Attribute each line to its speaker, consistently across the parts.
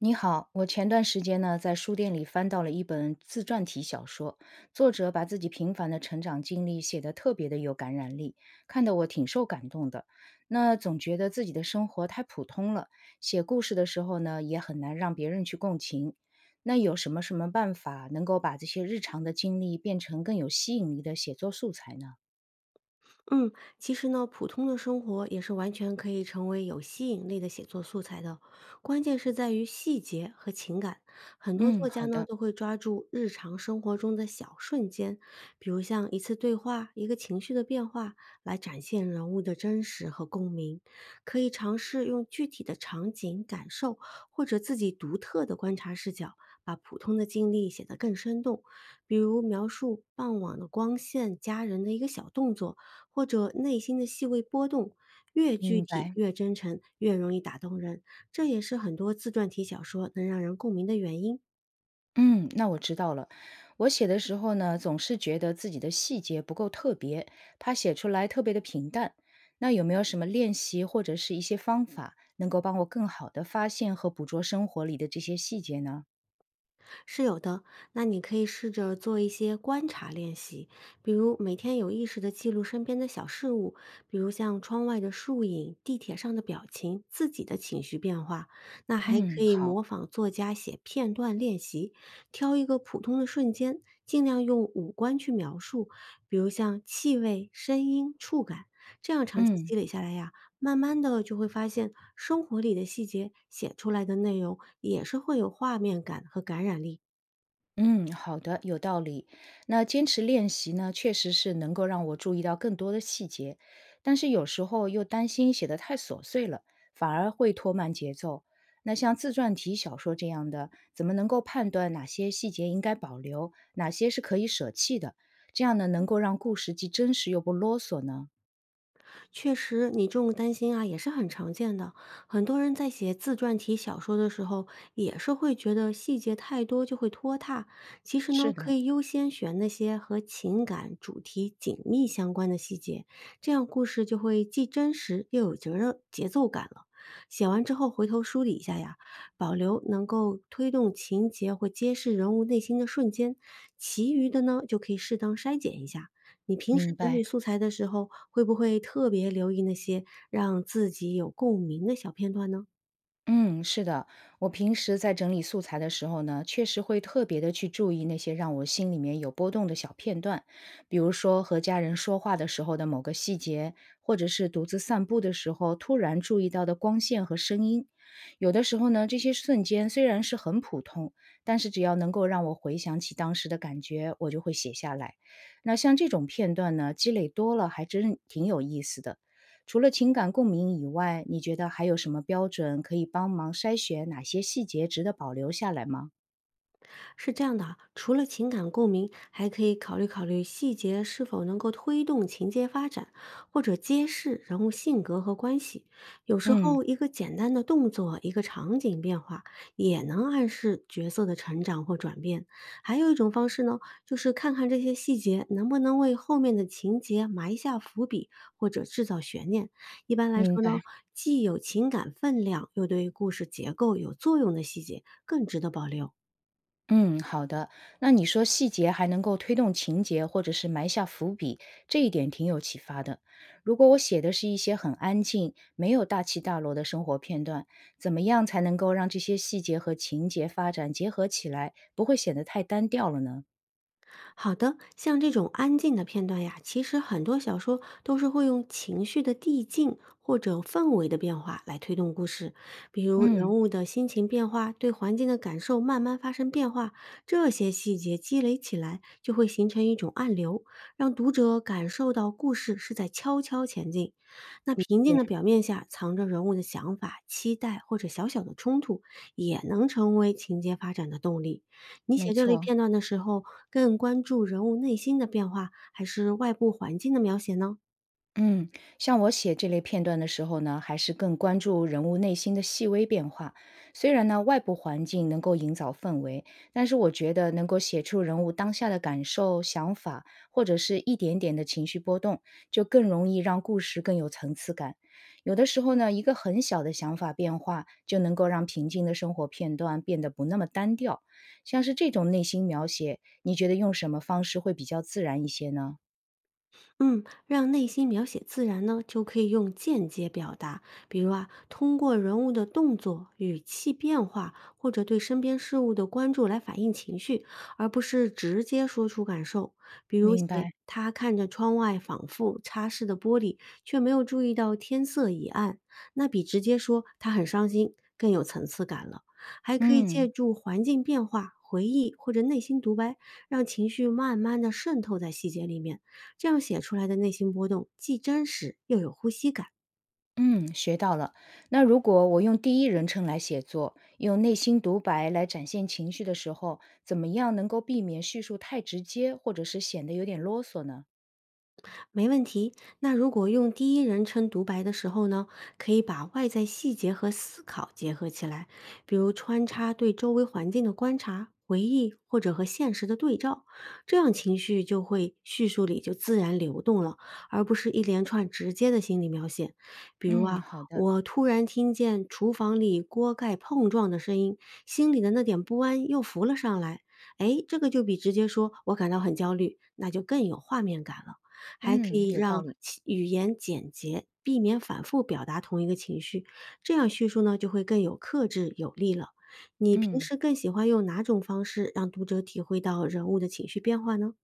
Speaker 1: 你好，我前段时间呢，在书店里翻到了一本自传体小说，作者把自己平凡的成长经历写得特别的有感染力，看得我挺受感动的。那总觉得自己的生活太普通了，写故事的时候呢，也很难让别人去共情。那有什么办法能够把这些日常的经历变成更有吸引力的写作素材呢？
Speaker 2: 嗯，其实呢，普通的生活也是完全可以成为有吸引力的写作素材的，关键是在于细节和情感。很多
Speaker 1: 嗯，
Speaker 2: 作家
Speaker 1: 好
Speaker 2: 呢
Speaker 1: 的，
Speaker 2: 都会抓住日常生活中的小瞬间，比如像一次对话、一个情绪的变化，来展现人物的真实和共鸣。可以尝试用具体的场景、感受或者自己独特的观察视角，把普通的经历写得更生动。比如描述傍晚的光线、家人的一个小动作。或者内心的细微波动，越具
Speaker 1: 明
Speaker 2: 体、
Speaker 1: 白。
Speaker 2: 越真诚、越容易打动人。这也是很多自传体小说能让人共鸣的原因。
Speaker 1: 嗯，那我知道了。我写的时候呢，总是觉得自己的细节不够特别，怕写出来特别的平淡。那有没有什么练习或者是一些方法，能够帮我更好的发现和捕捉生活里的这些细节呢？
Speaker 2: 是有的，那你可以试着做一些观察练习，比如每天有意识的记录身边的小事物，比如像窗外的树影、地铁上的表情、自己的情绪变化。那还可
Speaker 1: 嗯，
Speaker 2: 以
Speaker 1: 好，
Speaker 2: 模仿作家写片段练习，挑一个普通的瞬间，尽量用五官去描述，比如像气味、声音、触感。这样长期
Speaker 1: 嗯。
Speaker 2: 积累下来呀，慢慢的就会发现，生活里的细节写出来的内容也是会有画面感和感染力。
Speaker 1: 嗯，好的，有道理。那坚持练习呢，确实是能够让我注意到更多的细节，但是有时候又担心写得太琐碎了，反而会拖慢节奏。那像自传体小说这样的，怎么能够判断哪些细节应该保留，哪些是可以舍弃的？这样呢，能够让故事既真实又不啰嗦呢？
Speaker 2: 确实，你这种担心啊也是很常见的。很多人在写自传体小说的时候，也是会觉得细节太多就会拖沓。其实呢，
Speaker 1: 是
Speaker 2: 可
Speaker 1: 的，
Speaker 2: 以优先选那些和情感主题紧密相关的细节，这样故事就会既真实又有节奏感了。写完之后回头梳理一下呀，保留能够推动情节或揭示人物内心的瞬间，其余的呢就可以适当筛减一下。你平时
Speaker 1: 明
Speaker 2: 整
Speaker 1: 白。
Speaker 2: 理素材的时候，会不会特别留意那些让自己有共鸣的小片段呢？
Speaker 1: 嗯，是的，我平时在整理素材的时候呢，确实会特别的去注意那些让我心里面有波动的小片段，比如说和家人说话的时候的某个细节，或者是独自散步的时候突然注意到的光线和声音。有的时候呢，这些瞬间虽然是很普通，但是只要能够让我回想起当时的感觉，我就会写下来。那像这种片段呢，积累多了还真挺有意思的。除了情感共鸣以外，你觉得还有什么标准可以帮忙筛选哪些细节值得保留下来吗？
Speaker 2: 是这样的啊，除了情感共鸣，还可以考虑细节是否能够推动情节发展，或者揭示人物性格和关系。有时
Speaker 1: 嗯，
Speaker 2: 候，一个简单的动作，一个场景变化，也能暗示角色的成长或转变。还有一种方式呢，就是看看这些细节能不能为后面的情节埋下伏笔，或者制造悬念。一般来
Speaker 1: 明
Speaker 2: 说呢，
Speaker 1: 白。
Speaker 2: 既有情感分量，又对故事结构有作用的细节更值得保留。
Speaker 1: 嗯，好的。那你说细节还能够推动情节，或者是埋下伏笔，这一点挺有启发的。如果我写的是一些很安静、没有大起大落的生活片段，怎么样才能够让这些细节和情节发展结合起来，不会显得太单调了呢？
Speaker 2: 好的，像这种安静的片段呀，其实很多小说都是会用情绪的递进或者氛围的变化来推动故事，比如人
Speaker 1: 嗯，
Speaker 2: 物的心情变化，对环境的感受慢慢发生变化，这些细节积累起来就会形成一种暗流，让读者感受到故事是在悄悄前进。那平静
Speaker 1: 对，
Speaker 2: 的表面下藏着人物的想法、期待或者小小的冲突，也能成为情节发展的动力。你
Speaker 1: 没
Speaker 2: 写这类
Speaker 1: 错。
Speaker 2: 片段的时候，更关注人物内心的变化，还是外部环境的描写呢？
Speaker 1: 嗯，像我写这类片段的时候呢，还是更关注人物内心的细微变化。虽然呢，外部环境能够营造氛围，但是我觉得能够写出人物当下的感受、想法，或者是一点点的情绪波动，就更容易让故事更有层次感。有的时候呢，一个很小的想法变化，就能够让平静的生活片段变得不那么单调。像是这种内心描写，你觉得用什么方式会比较自然一些呢？
Speaker 2: 嗯，让内心描写自然呢，就可以用间接表达，比如啊，通过人物的动作、语气变化，或者对身边事物的关注来反映情绪，而不是直接说出感受。比如写
Speaker 1: 明白。
Speaker 2: 他看着窗外仿佛擦拭的玻璃，却没有注意到天色已暗，那比直接说他很伤心更有层次感了。还可以借
Speaker 1: 嗯。
Speaker 2: 助环境变化、回忆或者内心独白，让情绪慢慢的渗透在细节里面。这样写出来的内心波动既真实又有呼吸感。
Speaker 1: 嗯，学到了。那如果我用第一人称来写作，用内心独白来展现情绪的时候，怎么样能够避免叙述太直接，或者是显得有点啰嗦呢？
Speaker 2: 没问题。那如果用第一人称独白的时候呢，可以把外在细节和思考结合起来，比如穿插对周围环境的观察、回忆或者和现实的对照，这样情绪就会叙述里就自然流动了，而不是一连串直接的心理描写。比如
Speaker 1: 嗯，
Speaker 2: 啊，
Speaker 1: 好的，
Speaker 2: 我突然听见厨房里锅盖碰撞的声音，心里的那点不安又浮了上来。哎，这个就比直接说"我感到很焦虑"，那就更有画面感了。还可
Speaker 1: 嗯，
Speaker 2: 以
Speaker 1: 有道
Speaker 2: 让
Speaker 1: 理，
Speaker 2: 其语言简洁，避免反复表达同一个情绪，这样叙述呢就会更有克制有力了。你平
Speaker 1: 嗯。
Speaker 2: 时更喜欢用哪种方式让读者体会到人物的情绪变化呢？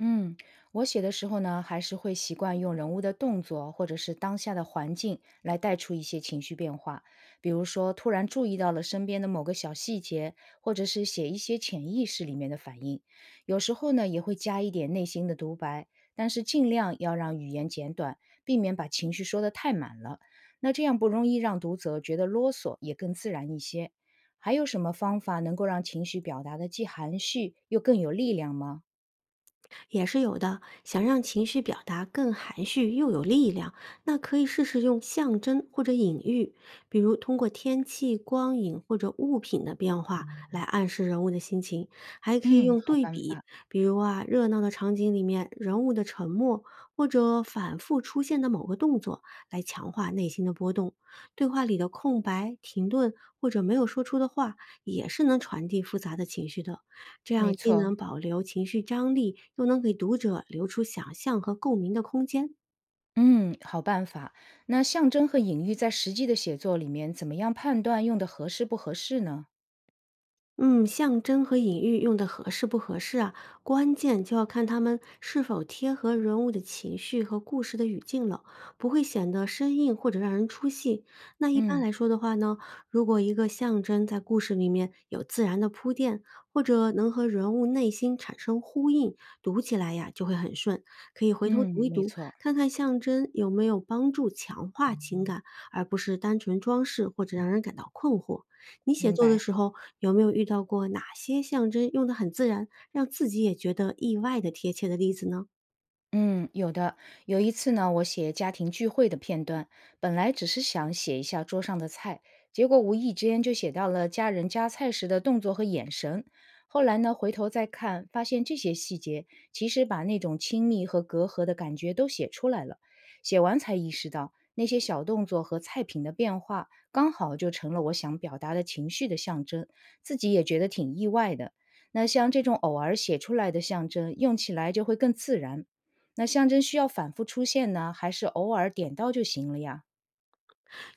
Speaker 1: 嗯，我写的时候呢，还是会习惯用人物的动作或者是当下的环境来带出一些情绪变化。比如说，突然注意到了身边的某个小细节，或者是写一些潜意识里面的反应。有时候呢，也会加一点内心的独白，但是尽量要让语言简短，避免把情绪说得太满了。那这样不容易让读者觉得啰嗦，也更自然一些。还有什么方法能够让情绪表达的既含蓄又更有力量吗？
Speaker 2: 也是有的。想让情绪表达更含蓄又有力量，那可以试试用象征或者隐喻，比如通过天气、光影或者物品的变化来暗示人物的心情。还可以
Speaker 1: 嗯，
Speaker 2: 用
Speaker 1: 好
Speaker 2: 对
Speaker 1: 办
Speaker 2: 比，
Speaker 1: 法，
Speaker 2: 比如啊，热闹的场景里面人物的沉默，或者反复出现的某个动作，来强化内心的波动。对话里的空白、停顿或者没有说出的话，也是能传递复杂的情绪的。这
Speaker 1: 没
Speaker 2: 样既
Speaker 1: 错，
Speaker 2: 能保留情绪张力，又能给读者留出想象和共鸣的空间。
Speaker 1: 嗯，好办法。那象征和隐喻在实际的写作里面，怎么样判断用的合适不合适呢？
Speaker 2: 嗯，象征和隐喻用的合适不合适啊，关键就要看它们是否贴合人物的情绪和故事的语境了，不会显得生硬或者让人出戏。那一般
Speaker 1: 嗯
Speaker 2: 来说的话呢，如果一个象征在故事里面有自然的铺垫，或者能和人物内心产生呼应，读起来呀就会很顺。可以回头
Speaker 1: 嗯，
Speaker 2: 读一
Speaker 1: 没
Speaker 2: 读，
Speaker 1: 错，
Speaker 2: 看看象征有没有帮助强化情感，而不是单纯装饰或者让人感到困惑。你写
Speaker 1: 明
Speaker 2: 作的
Speaker 1: 白。
Speaker 2: 时候有没有遇到过哪些象征用的很自然，让自己也觉得意外的贴切的例子呢？
Speaker 1: 嗯，有的。有一次呢，我写家庭聚会的片段，本来只是想写一下桌上的菜，结果无意之间就写到了家人夹菜时的动作和眼神。后来呢，回头再看，发现这些细节其实把那种亲密和隔阂的感觉都写出来了。写完才意识到，那些小动作和菜品的变化，刚好就成了我想表达的情绪的象征，自己也觉得挺意外的。那像这种偶尔写出来的象征，用起来就会更自然。那象征需要反复出现呢，还是偶尔点到就行了呀？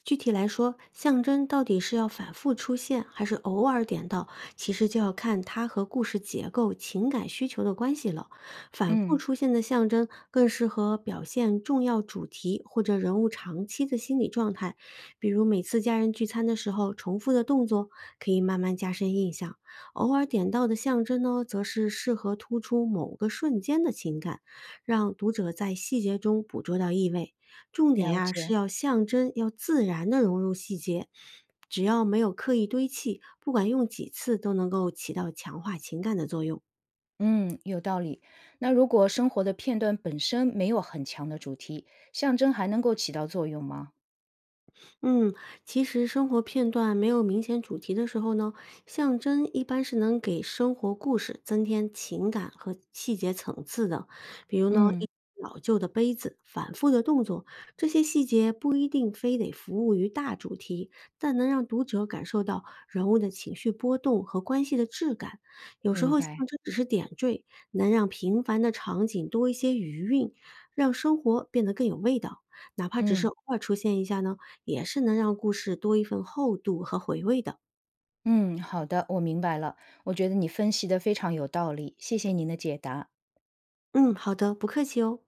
Speaker 2: 具体来说，象征到底是要反复出现，还是偶尔点到，其实就要看它和故事结构、情感需求的关系了。反复
Speaker 1: 嗯，
Speaker 2: 出现的象征更适合表现重要主题或者人物长期的心理状态，比如每次家人聚餐的时候重复的动作，可以慢慢加深印象。偶尔点到的象征呢，则是适合突出某个瞬间的情感，让读者在细节中捕捉到意味。重点
Speaker 1: 了
Speaker 2: 呀是
Speaker 1: 解。
Speaker 2: 要象征，要自然的融入细节，只要没有刻意堆砌，不管用几次都能够起到强化情感的作用。
Speaker 1: 嗯，有道理。那如果生活的片段本身没有很强的主题，象征还能够起到作用吗？
Speaker 2: 嗯，其实生活片段没有明显主题的时候呢，象征一般是能给生活故事增添情感和细节层次的。比如呢，一
Speaker 1: 嗯，
Speaker 2: 老旧的杯子、反复的动作，这些细节不一定非得服务于大主题，但能让读者感受到人物的情绪波动和关系的质感。有时
Speaker 1: 明
Speaker 2: 候象
Speaker 1: 白。
Speaker 2: 征只是点缀，能让平凡的场景多一些余韵，让生活变得更有味道。哪怕只是
Speaker 1: 嗯
Speaker 2: 偶尔出现一下呢。也是能让故事多一份厚度和回味的。
Speaker 1: 嗯，好的，我明白了。我觉得你分析的非常有道理，谢谢您的解答。
Speaker 2: 嗯，好的，不客气哦。